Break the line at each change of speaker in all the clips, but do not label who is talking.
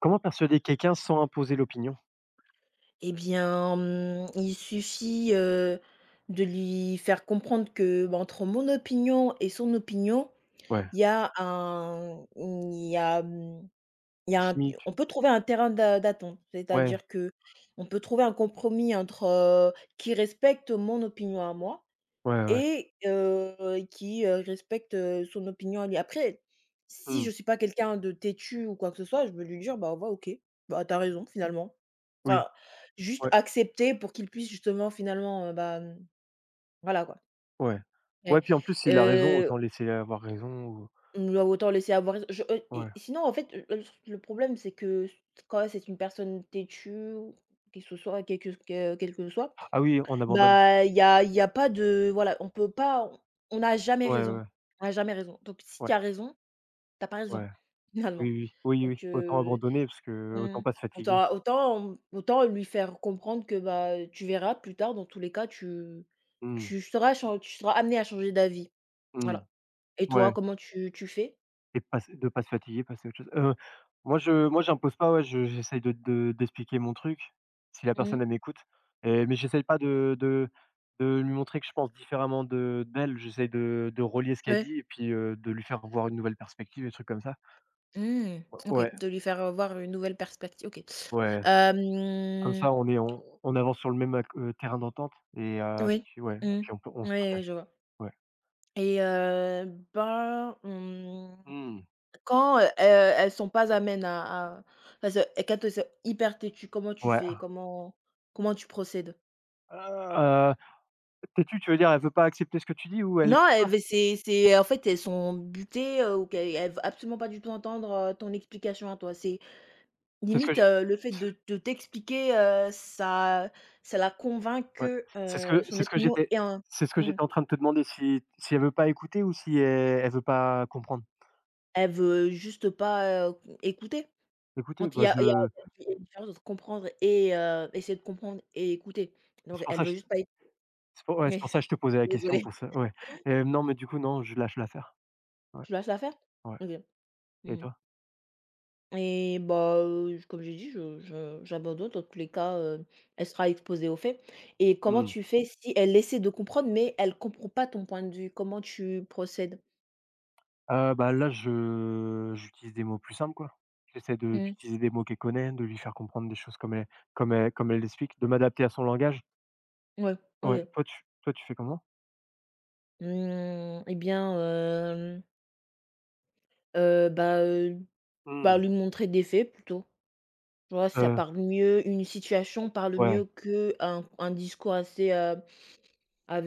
Comment persuader quelqu'un sans imposer l'opinion?
Eh bien, il suffit, de lui faire comprendre que, bah, entre mon opinion et son opinion,
Ouais,
il y a un mmh, il y a, mmh, il y
des
a un on
similitudes?
peut trouver un terrain d'attente.
Ouais,
C'est-à-dire que on peut trouver un compromis entre, qui respecte mon opinion à moi
ouais, ouais.
et qui, respecte, son opinion à lui. Après, si
Mmh.
je suis pas quelqu'un de têtu ou quoi que ce soit, je vais lui dire: «Bah, au revoir, OK. Bah, t'as raison finalement».
Oui,
Enfin, juste
ouais,
accepter pour qu'il puisse justement finalement, voilà quoi.
ouais. Ouais,
Ouais.
puis en plus, s'il a raison,
Heu,
autant laisser avoir raison ou
ou alors autant laisser avoir et
ouais.
sinon en fait, le problème c'est que quand c'est une personne têtue ou qui que ce soit, quel que soit.
Ah oui, on abandonne.
Bah, il y a pas de voilà, on n'a jamais
Ouais,
raison,
ouais,
on n'a jamais raison. Donc si tu
ouais,
as raison, t'as pas raison,
ouais. Oui,
finalement.
oui, oui, oui,
Donc
oui. Autant abandonner parce que autant
mmh,
pas se fatiguer.
autant lui faire comprendre que, bah, tu verras plus tard, dans tous les cas, tu
Hmm.
tu seras chan tu seras amené à changer d'avis.
Hmm.
Voilà. Et toi,
Ouais.
comment tu fais?
Et pas se de pas se fatiguer, passer à autre chose. Moi j'impose pas, ouais, je j'essaye de d'expliquer mon truc, si la
Mmh.
personne elle m'écoute mais j'essaye pas de lui montrer que je pense différemment de d'elle. J'essaye de relier ce qu'elle
Ouais.
dit et puis, de lui faire voir une nouvelle perspective, et des trucs comme ça.
Mmh. OK,
Ouais,
de lui faire voir une nouvelle perspective. OK.
ouais, comme
Hem,
ça on est on avance sur le même ac terrain d'entente et
oui.
puis ouais,
Mmh.
puis on se
Ouais, ouais,
partage.
je vois.
Ouais.
Et ben,
Mmh.
quand, elles sont pas amènes à parce que quand elles sont hyper têtues, comment tu
Ouais.
fais? Comment tu procèdes?
Heu, Têtue, tu veux dire elle veut pas accepter ce que tu dis ou elle
Non,
écoute?
elles v c'est en fait, elles sont butées, ou qu'elles elles veulent absolument pas du tout entendre, ton explication à toi. C'est
C'est ce que
limite,
je
le fait de t'expliquer, ça la convainc
Ouais.
que,
C'est ce que
son
c'est ce que
opinion
j'étais
est un.
c'est ce que
mmh,
j'étais en train de te demander si elle veut pas écouter ou si elle veut pas comprendre?
Elle veut juste pas, écouter.
Écoutez,
Quand il
bah,
y a il y a
je
il y a une différence entre comprendre et essayer de comprendre et écouter. Donc
c'est pour
elle
ça que
veut
je
juste pas éc
c'est pour ouais, c'est pour ça que je te posais la question
désolée.
pour ça, ouais. Non, mais du coup, non, je lâche l'affaire. Ouais,
Tu la laisses la faire?
ouais.
OK.
Et
Mmh
toi?
et bah, comme j'ai dit, je j'abandonne dans tous les cas, elle sera exposée aux faits. Et comment
Mmh.
tu fais si elle essaie de comprendre, mais elle comprend pas ton point de vue? Comment tu procèdes?
Bah, là, je j'utilise des mots plus simples, quoi. J'essaie de
Mmh.
d'utiliser des mots qu'elle connaît, de lui faire comprendre des choses comme elle l'explique, de m'adapter à son langage.
Ouais,
Ouais,
OK.
toi tu fais comment?
Mmh et bien, heu, bah, heu, bah,
Mmh.
lui montrer des faits plutôt. Tu vois, ça
Heu,
parle mieux, une situation parle
ouais,
mieux qu'un un discours assez,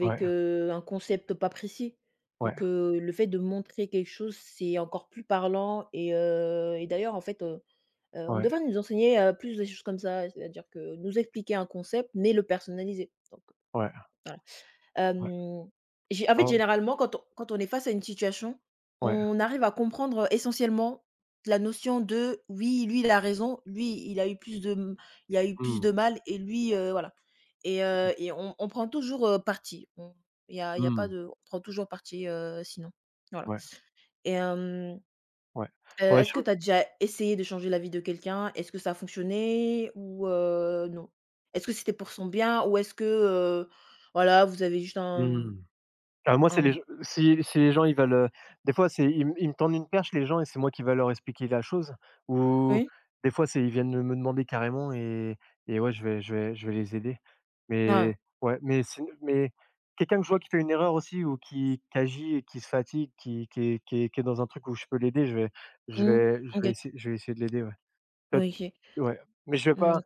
ouais,
un concept pas précis.
ouais,
Donc, le fait de montrer quelque chose, c'est encore plus parlant. Et d'ailleurs, en fait, on
ouais,
devrait nous enseigner, plus des choses comme ça, c'est-à-dire que nous expliquer un concept mais le personnaliser, donc
ouais,
voilà.
ouais.
Hem, j'ai en fait,
Non,
généralement, quand on est face à une situation,
ouais.
on arrive à comprendre essentiellement la notion de: «Oui, lui, il a raison, lui, il a eu plus de il a eu plus
Mmh.
de mal et lui, voilà». Et
Mmh,
on prend toujours, parti. On Il y a pas
mmh,
de, on prend toujours parti, sinon. Voilà.
ouais,
Et
ouais. Ouais,
est-ce que
je
tu as déjà essayé de changer la vie de quelqu'un? Est-ce que ça a fonctionné, ou non? Est-ce que c'était pour son bien, ou est-ce que, voilà, vous avez juste un.
mmh. Ah moi, c'est
un
les g si les gens ils veulent, des fois, c'est ils me tendent une perche les gens et c'est moi qui va leur expliquer la chose ou
Oui.
des fois, c'est ils viennent me demander carrément et ouais, je vais les aider.
Ah.
Mais ouais, mais quelqu'un que je vois qui fait une erreur aussi ou qui agit et qui se fatigue, qui est dans un truc où je peux l'aider, je vais je
Mmh.
vais
OK.
je vais essayer de l'aider, ouais. Toi
Oui,
tu
OK.
Ouais, mais je vais pas,
Mmh.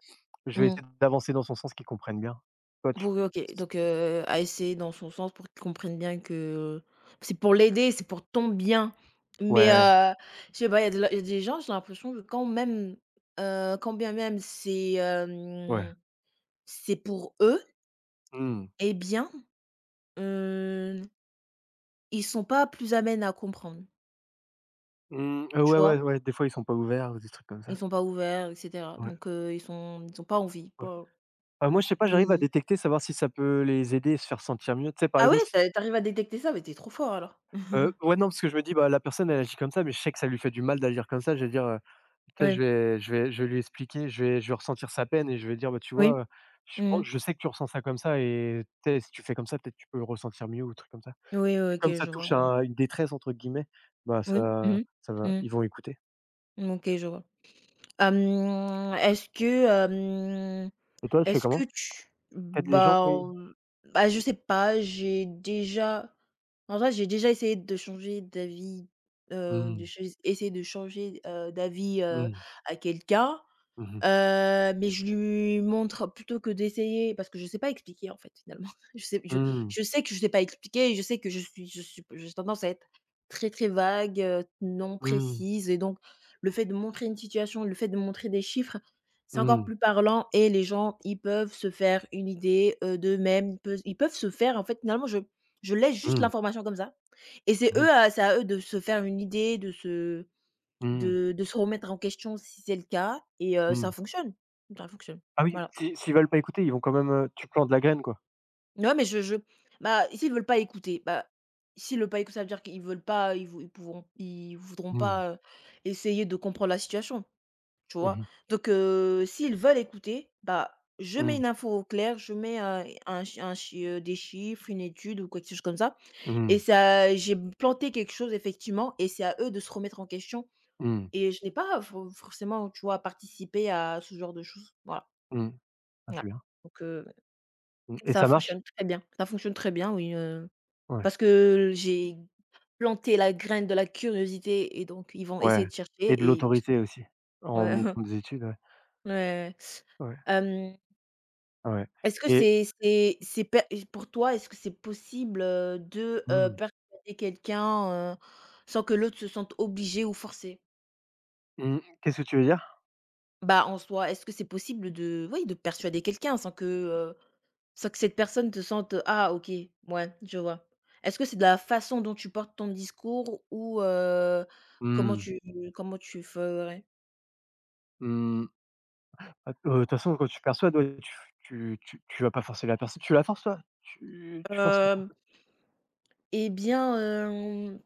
je vais
Mmh.
essayer d'avancer dans son sens qu'ils comprennent bien. Toi tu
Pour oui, OK, donc à essayer dans son sens pour qu'il comprenne bien que c'est pour l'aider, c'est pour ton bien. Mais
Ouais,
je sais pas, il y a de y a des gens, j'ai l'impression que quand même, quand bien même c'est,
ouais.
c'est pour eux,
Mmh.
et bien, heu, ils sont pas plus amènes à comprendre,
Mmh,
tu
ouais, ouais,
vois?
ouais, des fois ils sont pas ouverts ou des trucs comme
Ils
ça.
sont pas ouverts, et cetera.
Ouais,
Donc ils sont, ils ont pas envie,
ouais.
pas
Bah, moi je sais pas, j'arrive à
de.
détecter, savoir si ça peut les aider et se faire sentir mieux. Tu sais, par
Ah ouais?
exemple si
Tu a. À détecter ça? Mais t'es trop fort alors.
ouais, non, parce que je me dis: «Bah, la personne elle agit comme ça, mais je sais que ça lui fait du mal d'agir comme ça». Je vais dire, tu sais, je
Ouais.
vais je vais je vais lui expliquer, je vais ressentir sa peine et je vais dire: «Bah, tu
Oui.
vois,
Mmh mh.
je sais que tu ressens ça comme ça et tu sais, si tu fais comme ça, peut-être tu peux le ressentir mieux» ou un truc comme ça.
Oui, OK,
Comme ça
je vois,
touche à une «détresse» entre guillemets, bah,
oui.
ça
Mmh
ça va
mh.
ils vont écouter.
Mmh. OK, je vois. Est-ce que,
Et toi, tu fais
est-ce que
comment?
tu
T'aides les gens,
bah,
oui.
hem, bah, je sais pas, j'ai déjà. En vrai, j'ai déjà essayé de changer d'avis, de
Mmh.
ch essayer de changer, d'avis,
Mmh.
à quelqu'un.
Mmh mh.
Mais je lui montre plutôt que d'essayer, parce que je sais pas expliquer en fait finalement. Je sais je
Mmh.
je sais que je sais pas expliquer, je sais que je suis j'ai tendance à être très, très vague, non
Mmh.
précise. Et donc le fait de montrer une situation, le fait de montrer des chiffres, c'est encore
Mmh.
plus parlant et les gens, ils peuvent se faire une idée, d'eux-mêmes. Ils peuvent se faire en fait finalement, je laisse juste
Mmh.
l'information comme ça et c'est eux à, c'est à eux de se faire une idée,
Mmh.
de se remettre en question si c'est le cas. Et ça
Mmh.
fonctionne, ça fonctionne.
Ah oui,
Voilà.
si s'ils veulent pas écouter, ils vont quand même, tu plantes la graine, quoi.
Non mais je bah, s'ils veulent pas écouter, bah, s'ils veulent pas écouter, ça veut dire qu'ils veulent pas, ils voudront
Mmh.
pas, essayer de comprendre la situation, tu
Mmh
vois?
mh.
Donc s'ils veulent écouter, bah, je mets
Mmh.
une info au clair, je mets, un chi des chiffres, une étude ou quelque chose comme ça, et
Mmh.
ça j'ai planté quelque chose effectivement, et c'est à eux de se remettre en question.
Mmh.
Et je n'ai pas forcément, tu vois, participé à ce genre de choses, voilà.
Mmh. Ah,
Ah.
c'est bien.
Donc
Mmh et
ça
ça marche?
fonctionne très bien, ça fonctionne très bien, oui,
Ouais.
parce que j'ai planté la graine de la curiosité et donc ils vont
Ouais
essayer de chercher
et de
et ils vont se.
l'autorité aussi, en
Ouais,
montrant des études, ouais.
ouais,
Ouais.
hem,
Ouais
est-ce que
et
c'est per et pour toi, est-ce que c'est possible, de,
mmh.
persuader quelqu'un, sans que l'autre se sente obligé ou forcé?
Mmh. Qu'est-ce que tu veux dire?
Bah, en soi, est-ce que c'est possible de, oui, de persuader quelqu'un sans que. Sans que cette personne te sente, ah OK, ouais, je vois. Est-ce que c'est de la façon dont tu portes ton discours, ou comment
Mmh.
tu ferais?
Mmh. Ah, de toute façon, quand tu persuades, ouais, tu vas pas forcer la personne. Tu la forces, toi? Tu tu forces la per
Hem, eh bien, hem,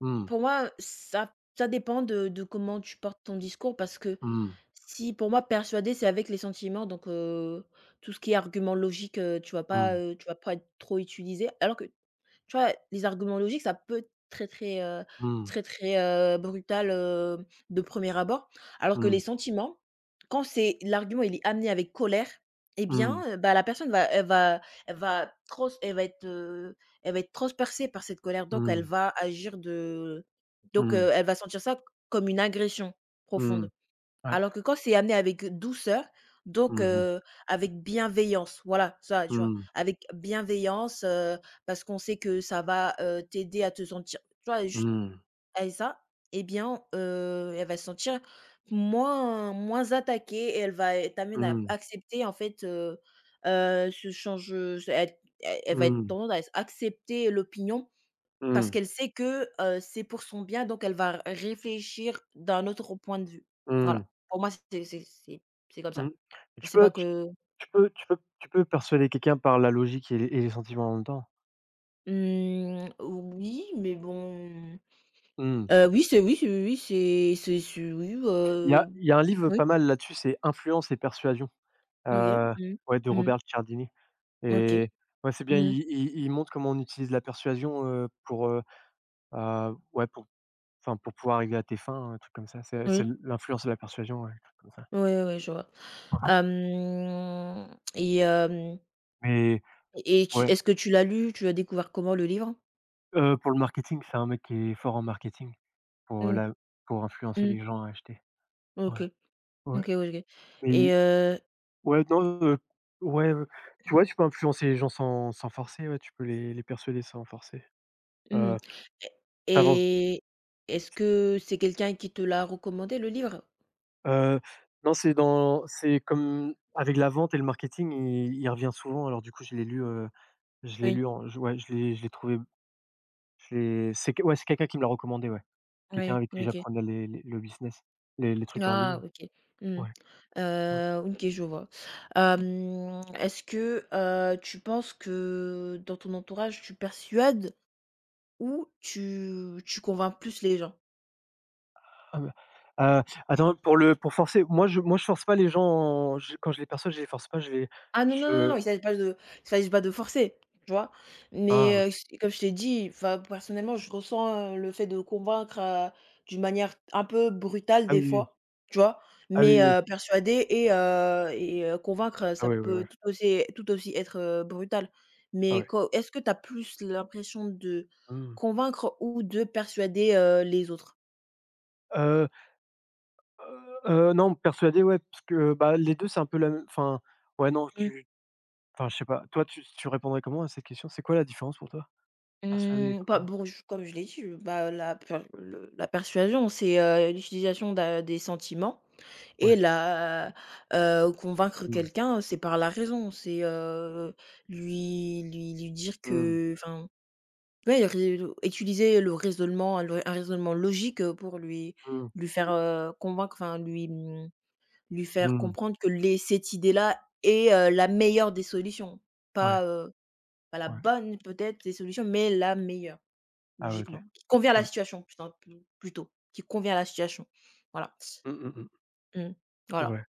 Mmh,
pour moi, ça dépend de comment tu portes ton discours, parce que
mmh,
si pour moi persuader, c'est avec les sentiments, donc tout ce qui est argument logique,
mmh,
tu vas pas être trop utiliser, alors que. Tu vois? Les arguments logiques, ça peut être
mmh,
très, très, brutal, de premier abord. Alors que les
mmh,
sentiments, quand c'est l'argument, il est amené avec colère. Eh bien,
mmh,
bah, la personne va elle va elle va trans elle va être transpercée par cette colère, donc elle
mmh,
va agir de donc,
mmh,
elle va sentir ça comme une agression
mmh,
profonde.
ouais.
Alors que quand c'est amené avec douceur, donc
Mmh mh.
avec bienveillance, voilà, ça, tu vois?
Mmh,
Avec bienveillance, parce qu'on sait que ça va, t'aider à te sentir, tu vois? Juste
mmh,
avec ça, eh bien, elle va se sentir moins attaquée et elle va t'amener à
mmh,
accepter, en fait, ce change, ce elle va être tendance à accepter l'opinion, parce
mmh,
qu'elle sait que, c'est pour son bien, donc elle va réfléchir d'un autre point de vue.
mmh, mmh.
Voilà. Pour moi, c'est comme ça. Je
Tu
sais pas
peux tu
que.
tu peux tu peux tu peux persuader quelqu'un par la logique et les sentiments en même temps.
Mmh, oui, mais bon.
Mmh.
Oui, c'est oui,
Il y a il y a un livre
oui,
pas mal là-dessus, c'est «Influence et persuasion»,
OK.
heu,
Mmh.
ouais, de
Mmh.
Robert Cialdini.
OK.
Et ouais, c'est bien,
Mmh.
il montre comment on utilise la persuasion, pour, ouais, pour enfin, pour pouvoir arriver à tes fins, un truc comme ça. C'est
Oui.
l'influence de la persuasion, ouais, un truc comme ça.
Ouais, ouais, je vois. Hem et hem
Mais
et tu
ouais,
est-ce que tu l'as lu? Tu l'as découvert comment, le livre?
pour le marketing, c'est un mec qui est fort en marketing pour
Mmh.
la pour influencer
Mmh.
les gens à acheter. Ouais,
OK.
ouais.
OK, ouais, OK et
Mais ouais, non, ouais, tu vois, tu peux influencer les gens sans forcer, ouais, tu peux les persuader sans forcer.
mmh.
Heu,
et
tu
et est-ce que c'est quelqu'un qui te l'a recommandé, le livre?
Heu, non, c'est comme avec la vente et le marketing, il revient souvent, alors du coup, je l'ai
Oui,
lu en je ouais, je l'ai trouvé, je l'ai c'est que ouais, c'est quelqu'un qui me l'a recommandé, ouais. Quelqu'un
oui,
avec qui
OK.
j'apprenais les le business, les trucs en
Ah
ligne.
OK. Mmh.
Ouais, ouais.
OK, je vois. Est-ce que, tu penses que dans ton entourage, tu persuades ou tu convaincs plus les gens?
Ah bah, heu, attends, pour forcer, moi je force pas les gens, en- je quand je les perçois, je les force pas, je les
Ah non, non, non, non,
je
il s'agit pas de, il s'agit pas de forcer, tu vois?
ah,
Mais
OK.
j comme je t'ai dit, enfin, personnellement, je ressens, le fait de convaincre, d'une manière un peu brutale
Ah
des
oui, oui, oui.
fois, tu vois?
Ah oui, oui,
Mais
oui, oui.
persuader et convaincre,
Ah
ça
ouais, ouais,
peut
ouais.
tout aussi être, brutal.
Ah
Mais
ouais.
co est-ce que tu as plus l'impression de
Mmh.
convaincre ou de persuader, les autres?
Non, persuadé, ouais, parce que, bah, les 2 c'est un peu la même, enfin, ouais, non, je sais pas. Toi, tu répondrais comment à cette question? C'est quoi la différence pour toi? Persuadé et
Mmh, bah,
convaincu?
bon, je comme je l'ai dit, bah, la persuasion, c'est, l'utilisation d'a des sentiments, et
Ouais.
la convaincre
Mmh.
quelqu'un, c'est par la raison. C'est, lui dire
Mmh.
que, enfin, ouais, ré utiliser le raisonnement, le un raisonnement logique, pour
Mmh.
lui faire, convaincre, enfin lui, lui faire
Mmh.
comprendre que les cette idée-là est, la meilleure des solutions.
Ouais,
Pas, pas la
ouais.
bonne peut-être des solutions, mais la meilleure.
Ah ouais, OK.
Logiquement, qui convient à la
Ouais.
situation, putain, plutôt, qui convient à la situation. Voilà.
Mmh, mmh, mmh.
Mmh. Voilà,
Ouais,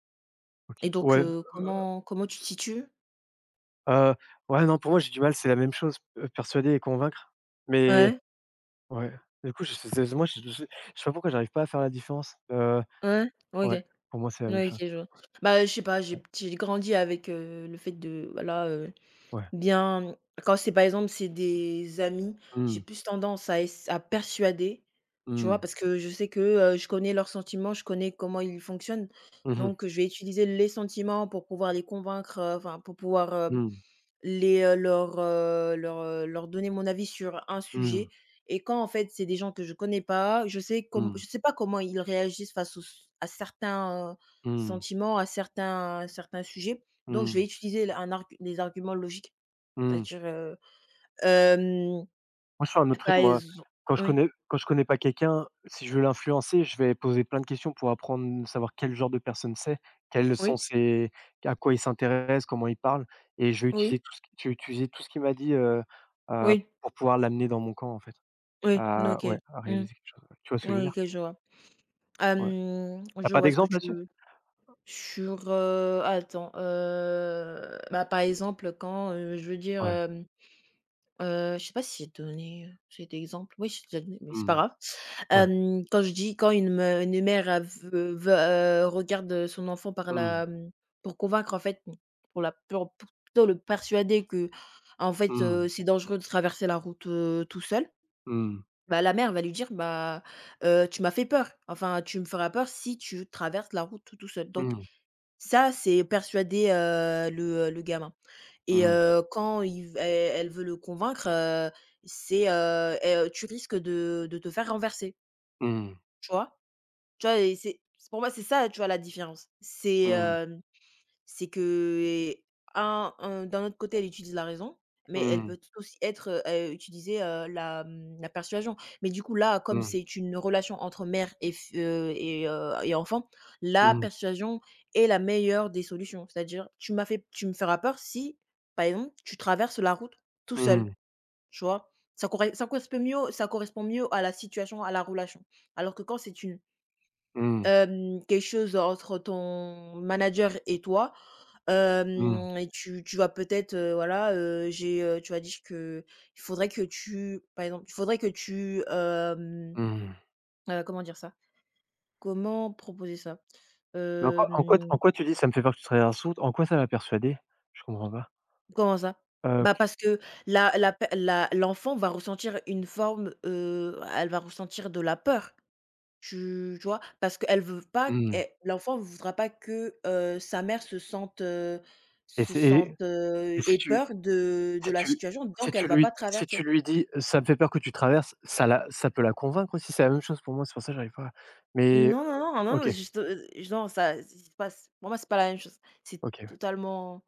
OK.
et donc
Ouais,
comment tu te situes?
heu, ouais, non, pour moi, j'ai du mal, c'est la même chose, persuader et convaincre. Mais
Ouais,
ouais, du coup, je sais c'est moi, je sais pas pourquoi j'arrive pas à faire la différence.
ouais, OK.
Ouais, pour moi, c'est la même
Ouais, OK,
chose.
je vois. Bah, je sais pas,
Ouais,
j'ai grandi avec, le fait de voilà,
ouais.
bien quand c'est par exemple, c'est des amis, j'ai
Mmh.
plus tendance à ess à persuader, tu vois?
Mmh.
Parce que je sais que, je connais leurs sentiments, je connais comment ils fonctionnent,
Mmh mh.
donc je vais utiliser les sentiments pour pouvoir les convaincre, enfin pour pouvoir,
Mmh.
les, leur, leur, leur donner mon avis sur un
Mmh.
sujet. Et quand en fait c'est des gens que je connais pas,
Mmh.
je sais pas comment ils réagissent face aux s à certains,
Mmh.
sentiments, à certains sujets. Donc je vais
Mmh.
utiliser l un argu des arguments logiques,
Mmh.
c'est-à-dire, hem,
Moi, je fais un autre
par
truc, moi.
exem
Quand je
oui,
connais quand je connais pas quelqu'un, si je veux l'influencer, je vais poser plein de questions pour apprendre, savoir quel genre de personne c'est, quels sont
oui,
ses à quoi il s'intéresse, comment il parle et
oui,
je vais utiliser tout ce qu'il m'a dit, heu,
oui,
pour pouvoir l'amener dans mon camp, en fait.
oui,
À
OK.
Ouais, à
Mmh.
réaliser quelque chose, ouais. Tu vois ce que je veux
Oui,
dire?
OK, je vois.
Ouais. T'as
Je
pas
vois ce que
d'exemple
tu…
là-dessus?
Sur, attends, bah, par exemple quand, je veux dire,
Ouais.
je sais pas si j'ai donné, cet exemple. Oui, je l'ai donné, mais c'est pas
Mmh.
grave.
Ouais.
Quand je dis quand une mère a veut, regarde, son enfant par
Mmh.
la, mmh, pour convaincre en fait, mmh, pour la pour plutôt le persuader que en fait,
Mmh.
c'est dangereux de traverser la route, tout seul.
Mmh.
Bah, la mère va lui dire: «Bah, tu m'as fait peur, enfin tu me feras peur si tu traverses la route tout seul». Donc
Mmh.
ça, c'est persuader, le gamin. Et
Mmh.
quand il v elle veut le convaincre, c'est, et «Tu risques de te faire renverser».
Mmh.
Tu vois? Tu vois? Et c'est… Pour moi, c'est ça, tu vois, la différence. C'est,
Mmh.
hem c'est que, un d'un autre côté, elle utilise la raison, mais elle peut
Mmh.
tout aussi être, utiliser, la, mmh, la persuasion. Mais du coup, là,
Mmh.
comme
Mmh.
c'est une relation entre mère et f et enfant, la
Mmh.
persuasion est la meilleure des solutions. C'est-à-dire, tu m'as fait tu me feras peur si, par exemple, tu traverses la route tout seul,
Mmh.
tu vois? Ça correspond mieux à la situation, à la relation. Alors que quand c'est une…
Mmh.
Quelque chose entre ton manager et toi,
Mmh.
hem et tu vas peut-être, voilà, j'ai, tu as dit que… il faudrait que tu par exemple, il faudrait que tu,
Mmh.
comment dire ça? Comment proposer ça?
Mais en quoi en quoi
Hem,
en quoi tu dis: «Ça me fait peur que tu travailles à la source», en quoi ça l'a persuadé? Je comprends pas.
comment ça? Bah,
Q
parce que la la pe la l'enfant va ressentir une forme, elle va ressentir de la peur. Tu vois? Parce qu'elle veut pas q elle
mmh
l'enfant ne voudra pas que, sa mère
et
se
c'est
sente,
et si
ait
tu
peur de
si
la
tu
situation,
si
donc elle
tu
va pas
lui si
traverser.
tu lui dis: «Ça me fait peur que tu traverses», ça peut la convaincre aussi? C'est la même chose pour moi, c'est pour ça que j'arrive pas à mais
Non, non, non, non,
OK,
non, juste, non, ça, c'est pas… Pour moi, c'est pas la même chose. C'est
OK, ouais,
totalement…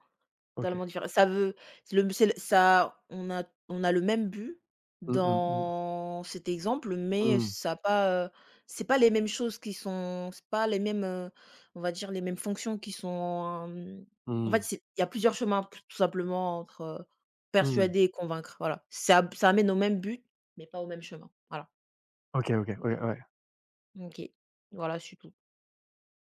OK.
Totalement différent. Ça veut… c'est le… ça on a… on a le même but
Mmh, mmh, mmh.
dans cet exemple, mais
Mmh.
ça a pas, c'est pas les mêmes, on va dire les mêmes fonctions qui sont, en
Mmh.
fait, c'est… il y a plusieurs chemins p tout simplement entre,
Mmh.
persuader et convaincre, voilà. Ça amène au même but, mais pas au même chemin, voilà.
OK, OK, ouais,
Mmh.
ouais.
OK. Voilà, c'est tout.